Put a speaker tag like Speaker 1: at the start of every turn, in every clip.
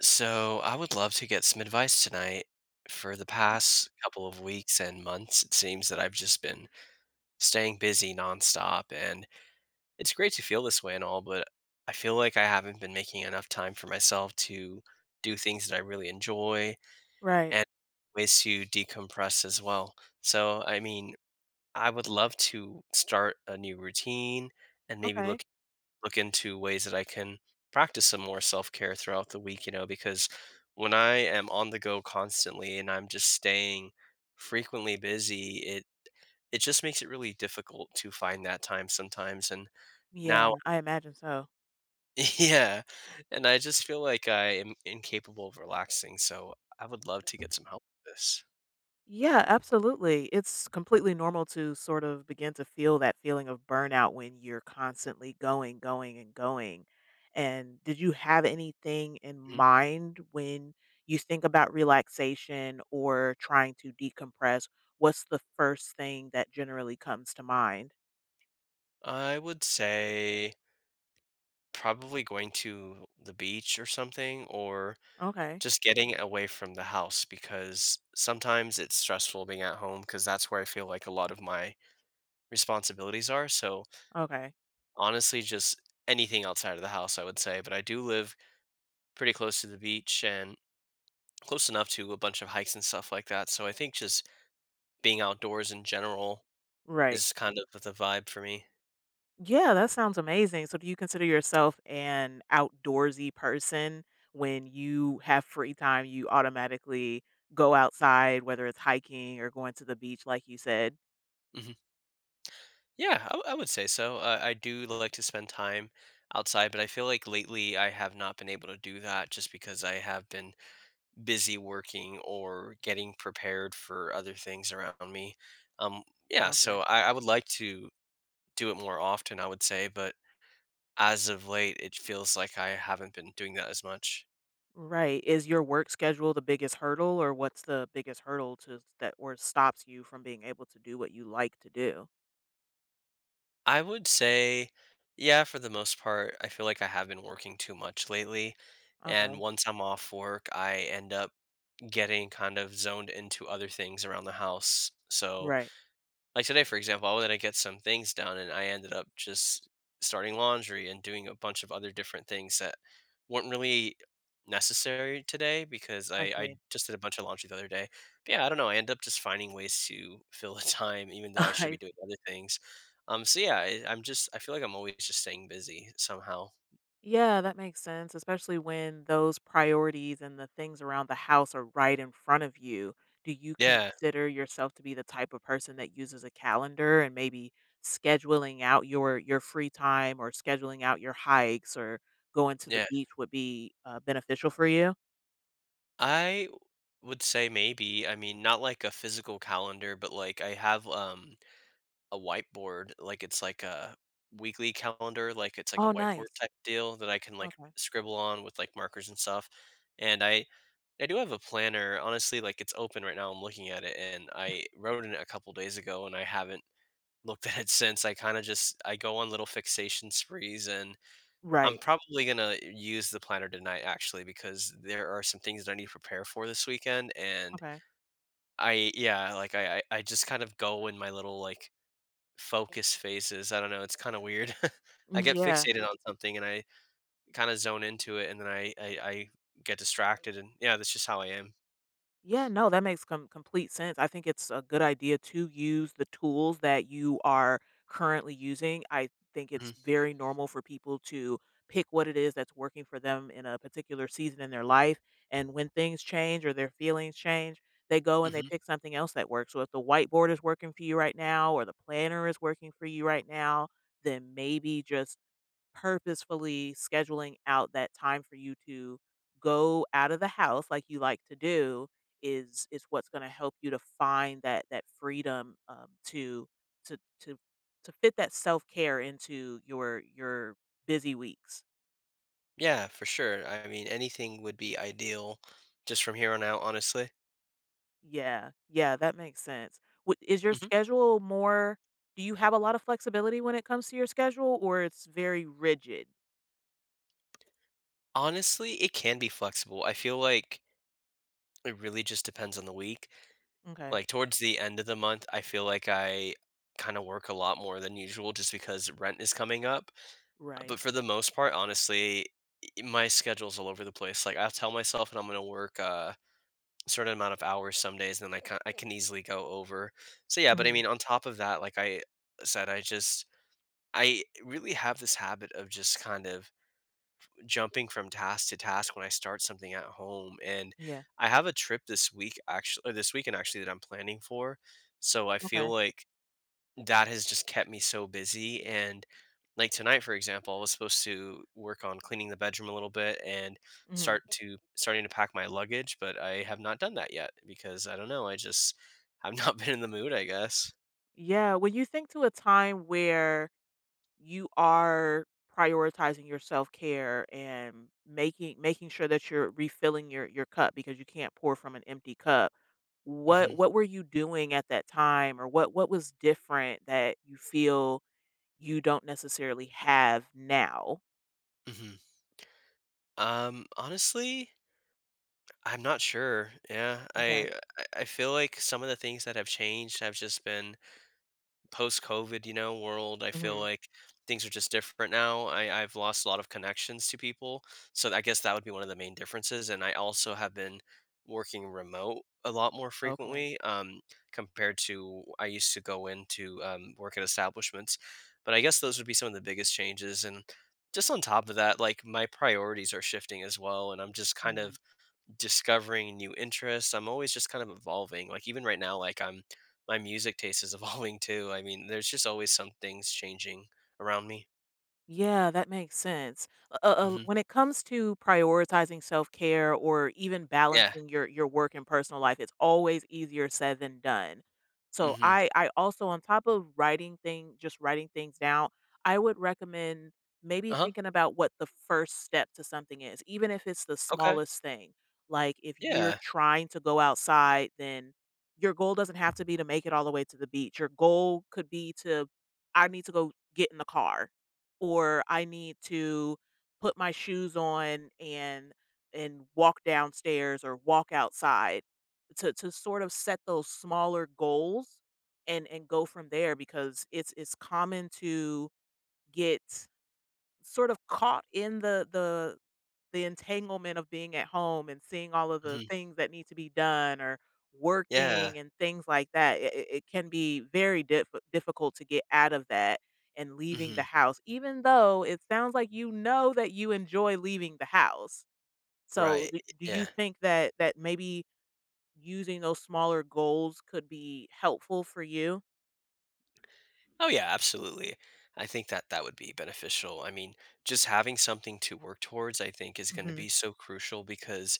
Speaker 1: So I would love to get some advice tonight. For the past couple of weeks and months, it seems that I've just been staying busy nonstop, and it's great to feel this way and all, but I feel like I haven't been making enough time for myself to do things that I really enjoy
Speaker 2: Right.
Speaker 1: and ways to decompress as well. So, I mean, I would love to start a new routine and maybe
Speaker 2: Okay.
Speaker 1: look into ways that I can practice some more self care throughout the week, because when I am on the go constantly and I'm just staying frequently busy, it just makes it really difficult to find that time sometimes. And
Speaker 2: Yeah,
Speaker 1: now,
Speaker 2: I imagine so.
Speaker 1: yeah, and I just feel like I am incapable of relaxing. So I would love to get some help with this.
Speaker 2: Yeah, absolutely. It's completely normal to sort of begin to feel that feeling of burnout when you're constantly going, going, and going. And did you have anything in
Speaker 1: Mhm.
Speaker 2: mind when you think about relaxation or trying to decompress? What's the first thing that generally comes to mind?
Speaker 1: I would say probably going to the beach or something, or
Speaker 2: Okay.
Speaker 1: just getting away from the house because sometimes it's stressful being at home because that's where I feel like a lot of my responsibilities are. So
Speaker 2: Okay.
Speaker 1: honestly, just anything outside of the house, I would say. But I do live pretty close to the beach and close enough to a bunch of hikes and stuff like that. So I think just being outdoors in general
Speaker 2: Right.
Speaker 1: is kind of the vibe for me.
Speaker 2: Yeah, that sounds amazing. So do you consider yourself an outdoorsy person? When you have free time, you automatically go outside, whether it's hiking or going to the beach, like you said?
Speaker 1: hmm Yeah, I would say so. I do like to spend time outside, but I feel like lately I have not been able to do that just because I have been busy working or getting prepared for other things around me. Um, yeah, so
Speaker 2: Okay.
Speaker 1: I would like to do it more often, I would say, but as of late, it feels like I haven't been doing that as much.
Speaker 2: Right. Is your work schedule the biggest hurdle, or what's the biggest hurdle to that or stops you from being able to do what you like to do?
Speaker 1: I would say, yeah, for the most part, I feel like I have been working too much lately. And
Speaker 2: Okay.
Speaker 1: once I'm off work, I end up getting kind of zoned into other things around the house. So,
Speaker 2: Right.
Speaker 1: like today, for example, I wanted to get some things done, and I ended up just starting laundry and doing a bunch of other different things that weren't really necessary today because
Speaker 2: I
Speaker 1: I
Speaker 2: see.
Speaker 1: just did a bunch of laundry the other day. But yeah, I don't know. I end up just finding ways to fill the time, even though I should be doing other things. So yeah, I feel like I'm always just staying busy somehow.
Speaker 2: Yeah, that makes sense, especially when those priorities and the things around the house are right in front of you. Do you
Speaker 1: Yeah,
Speaker 2: consider yourself to be the type of person that uses a calendar and maybe scheduling out your free time or scheduling out your hikes or going to the
Speaker 1: yeah.
Speaker 2: beach would be beneficial for you?
Speaker 1: I would say maybe. I mean, not like a physical calendar, but like I have a whiteboard, like, it's like a weekly calendar, like, it's like a
Speaker 2: Oh,
Speaker 1: whiteboard
Speaker 2: nice.
Speaker 1: type deal that I can, like,
Speaker 2: Okay.
Speaker 1: scribble on with, like, markers and stuff, and I do have a planner, honestly, like, it's open right now, I'm looking at it, and I wrote in it a couple days ago, and I haven't looked at it since, I kinda just I go on little fixation sprees, and I'm
Speaker 2: Right.
Speaker 1: probably gonna use the planner tonight, actually, because there are some things that I need to prepare for this weekend, and
Speaker 2: Okay.
Speaker 1: I yeah, like, I just kind of go in my little, like focus phases. I don't know. It's kind of weird. I get
Speaker 2: Yeah.
Speaker 1: fixated on something and I kind of zone into it, and then I get distracted, and yeah, that's just how I am.
Speaker 2: Yeah, no, that makes complete sense. I think it's a good idea to use the tools that you are currently using. I think it's
Speaker 1: hmm
Speaker 2: very normal for people to pick what it is that's working for them in a particular season in their life, and when things change or their feelings change, they go and they
Speaker 1: hmm
Speaker 2: pick something else that works. So if the whiteboard is working for you right now or the planner is working for you right now, then maybe just purposefully scheduling out that time for you to go out of the house like you like to do is what's going to help you to find that freedom to to to to fit that self-care into your busy weeks.
Speaker 1: Yeah, for sure. I mean, anything would be ideal, just from here on out. Honestly,
Speaker 2: Yeah. Yeah, that makes sense. Is your
Speaker 1: hmm
Speaker 2: schedule more do you have a lot of flexibility when it comes to your schedule or it's very rigid?
Speaker 1: Honestly, it can be flexible. I feel like it really just depends on the week.
Speaker 2: Okay.
Speaker 1: Like towards the end of the month, I feel like I kind of work a lot more than usual just because rent is coming up.
Speaker 2: Right.
Speaker 1: But for the most part, honestly, I my schedule's all over the place. Like I'll tell myself and I'm gonna work a certain amount of hours some days, and then I can easily go over. So yeah, but I
Speaker 2: Mhm.
Speaker 1: mean, on top of that, like I said, I really have this habit of just kind of jumping from task to task when I start something at home. And
Speaker 2: Yeah.
Speaker 1: I have a trip this week actually, or this weekend actually that I'm planning for. So I feel
Speaker 2: Okay.
Speaker 1: like that has just kept me so busy and like tonight for example I was supposed to work on cleaning the bedroom a little bit and
Speaker 2: Mhm.
Speaker 1: starting to pack my luggage but I have not done that yet because I don't know I just have not been in the mood I guess.
Speaker 2: Yeah, when you think to a time where you are prioritizing your self-care and making sure that you're refilling your cup because you can't pour from an empty cup,
Speaker 1: hmm
Speaker 2: what were you doing at that time or what was different that you feel you don't necessarily have now?
Speaker 1: hmm Honestly, I'm not sure.
Speaker 2: Okay.
Speaker 1: I feel like some of the things that have changed have just been post COVID, you know, world, I feel
Speaker 2: hmm
Speaker 1: like things are just different now. I've lost a lot of connections to people. So I guess that would be one of the main differences. And I also have been working remote a lot more
Speaker 2: Okay.
Speaker 1: frequently compared to I used to go into work at establishments. But I guess those would be some of the biggest changes. And just on top of that, like my priorities are shifting as well. And I'm just kind of discovering new interests. I'm always just kind of evolving. Like even right now, like I'm my music taste is evolving too. I mean, there's just always some things changing around me.
Speaker 2: Yeah, that makes sense.
Speaker 1: hmm
Speaker 2: When it comes to prioritizing self-care or even
Speaker 1: Yeah.
Speaker 2: balancing your work and personal life, it's always easier said than done. So
Speaker 1: hmm
Speaker 2: I also, on top of writing thing just writing things down, I would recommend maybe
Speaker 1: Uh huh.
Speaker 2: thinking about what the first step to something is, even if it's the
Speaker 1: Okay.
Speaker 2: smallest thing. Like if you're
Speaker 1: Yeah.
Speaker 2: trying to go outside, then your goal doesn't have to be to make it all the way to the beach. Your goal could be to I need to go get in the car or I need to put my shoes on and walk downstairs or walk outside to sort of set those smaller goals and go from there because it's common to get sort of caught in the entanglement of being at home and seeing all of the
Speaker 1: hmm
Speaker 2: things that need to be done or
Speaker 1: Yeah.
Speaker 2: working and things like that. It can be very difficult to get out of that and leaving the
Speaker 1: hmm
Speaker 2: house, even though it sounds like you know that you enjoy leaving the house. So,
Speaker 1: Right.
Speaker 2: do you
Speaker 1: Yeah.
Speaker 2: think that that maybe using those smaller goals could be helpful for you?
Speaker 1: Oh yeah. Absolutely. I think that that would be beneficial. I mean, just having something to work towards, I think, is going to
Speaker 2: hmm
Speaker 1: be so crucial because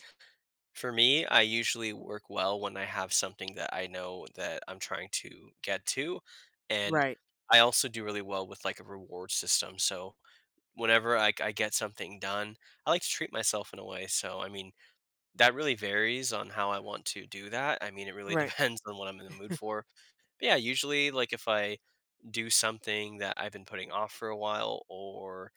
Speaker 1: for me, I usually work well when I have something that I know that I'm trying to get to. And
Speaker 2: Right.
Speaker 1: I also do really well with like a reward system. So whenever I get something done, I like to treat myself in a way. So, I mean, that really varies on how I want to do that. I mean, it really
Speaker 2: Right.
Speaker 1: depends on what I'm in the mood for. But yeah, usually, like if I do something that I've been putting off for a while or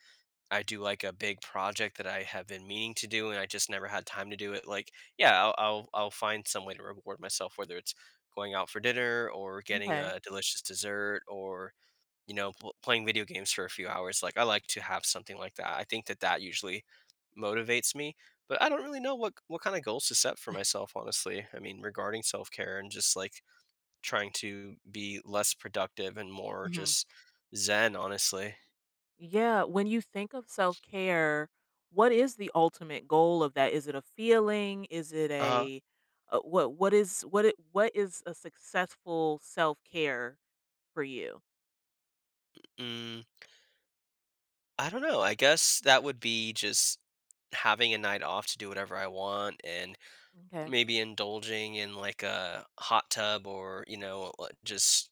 Speaker 1: I do like a big project that I have been meaning to do and I just never had time to do it, like, yeah, I'll find some way to reward myself, whether it's going out for dinner or getting
Speaker 2: Okay.
Speaker 1: a delicious dessert or, you know, pl playing video games for a few hours, like, I like to have something like that. I think that that usually motivates me, but I don't really know what kinda goals to set for myself, honestly. I mean, regarding self-care and just, like, trying to be less productive and more
Speaker 2: hmm
Speaker 1: just zen, honestly.
Speaker 2: Yeah, when you think of self-care, what is the ultimate goal of that? Is it a feeling? Is it
Speaker 1: Uh-huh.
Speaker 2: a what what is a successful self-care for you?
Speaker 1: Mm. I don't know. I guess that would be just having a night off to do whatever I want and
Speaker 2: Okay.
Speaker 1: maybe indulging in like a hot tub or, you know, just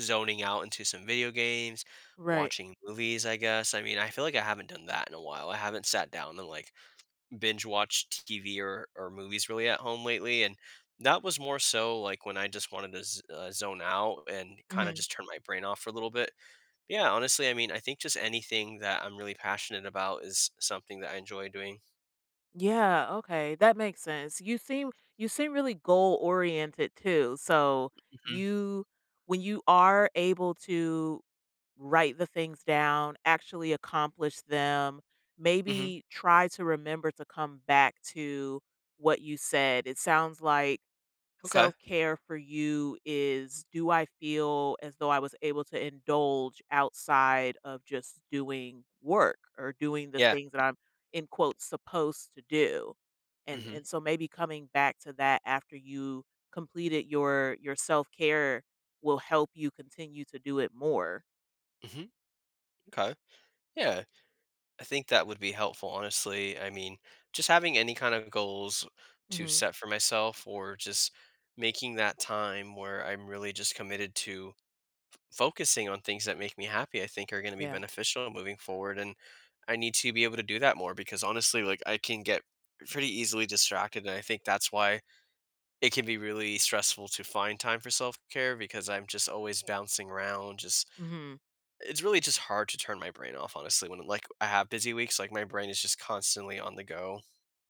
Speaker 1: zoning out into some video games,
Speaker 2: Right.
Speaker 1: watching movies, I guess. I mean, I feel like I haven't done that in a while. I haven't sat down and like binge watched TV or movies really at home lately. And that was more so like when I just wanted to zone out and kind of
Speaker 2: hmm
Speaker 1: just turn my brain off for a little bit. Yeah, honestly, I mean, I think just anything that I'm really passionate about is something that I enjoy doing.
Speaker 2: Yeah, okay. That makes sense. You seem really goal oriented too. So
Speaker 1: Mhm.
Speaker 2: you when you are able to write the things down, actually accomplish them,
Speaker 1: Mhm.
Speaker 2: maybe try to remember to come back to what you said. It sounds like
Speaker 1: Okay.
Speaker 2: self care for you is, do I feel as though I was able to indulge outside of just doing work or doing the
Speaker 1: Yeah.
Speaker 2: things that I'm in quotes supposed to do? And
Speaker 1: Mhm.
Speaker 2: and so maybe coming back to that after you completed your self care will help you continue to do it more.
Speaker 1: Mhm. Okay. Yeah. I think that would be helpful, honestly. I mean, just having any kind of goals to set for myself or just making that time where I'm really just committed to focusing on things that make me happy, I think are going to be
Speaker 2: Yeah.
Speaker 1: beneficial moving forward. And I need to be able to do that more because honestly, like I can get pretty easily distracted. And I think that's why it can be really stressful to find time for self-care because I'm just always bouncing around, just
Speaker 2: Mhm.
Speaker 1: it's really just hard to turn my brain off, honestly, when, like, I have busy weeks, like, my brain is just constantly on the go.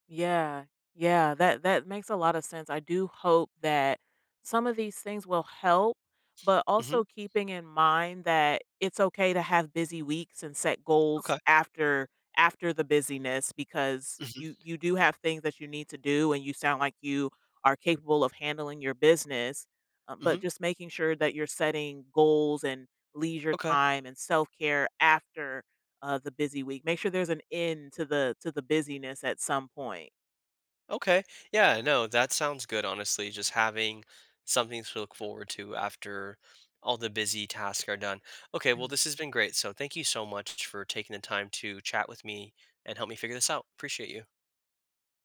Speaker 2: Yeah. Yeah, that makes a lot of sense. I do hope that some of these things will help, but
Speaker 1: Mhm,
Speaker 2: also keeping in mind that it's okay to have busy weeks and set goals
Speaker 1: okay.
Speaker 2: after the busyness, because
Speaker 1: Mhm,
Speaker 2: you do have things that you need to do and you sound like you are capable of handling your business.
Speaker 1: mm
Speaker 2: But
Speaker 1: mhm,
Speaker 2: just making sure that you're setting goals and leisure
Speaker 1: okay,
Speaker 2: time and self-care after the busy week. Make sure there's an end to the busyness at some point.
Speaker 1: okay Yeah, no, that sounds good, honestly, just having something to look forward to after all the busy tasks are done. Okay, well, this has been great, so thank you so much for taking the time to chat with me and help me figure this out. Appreciate you.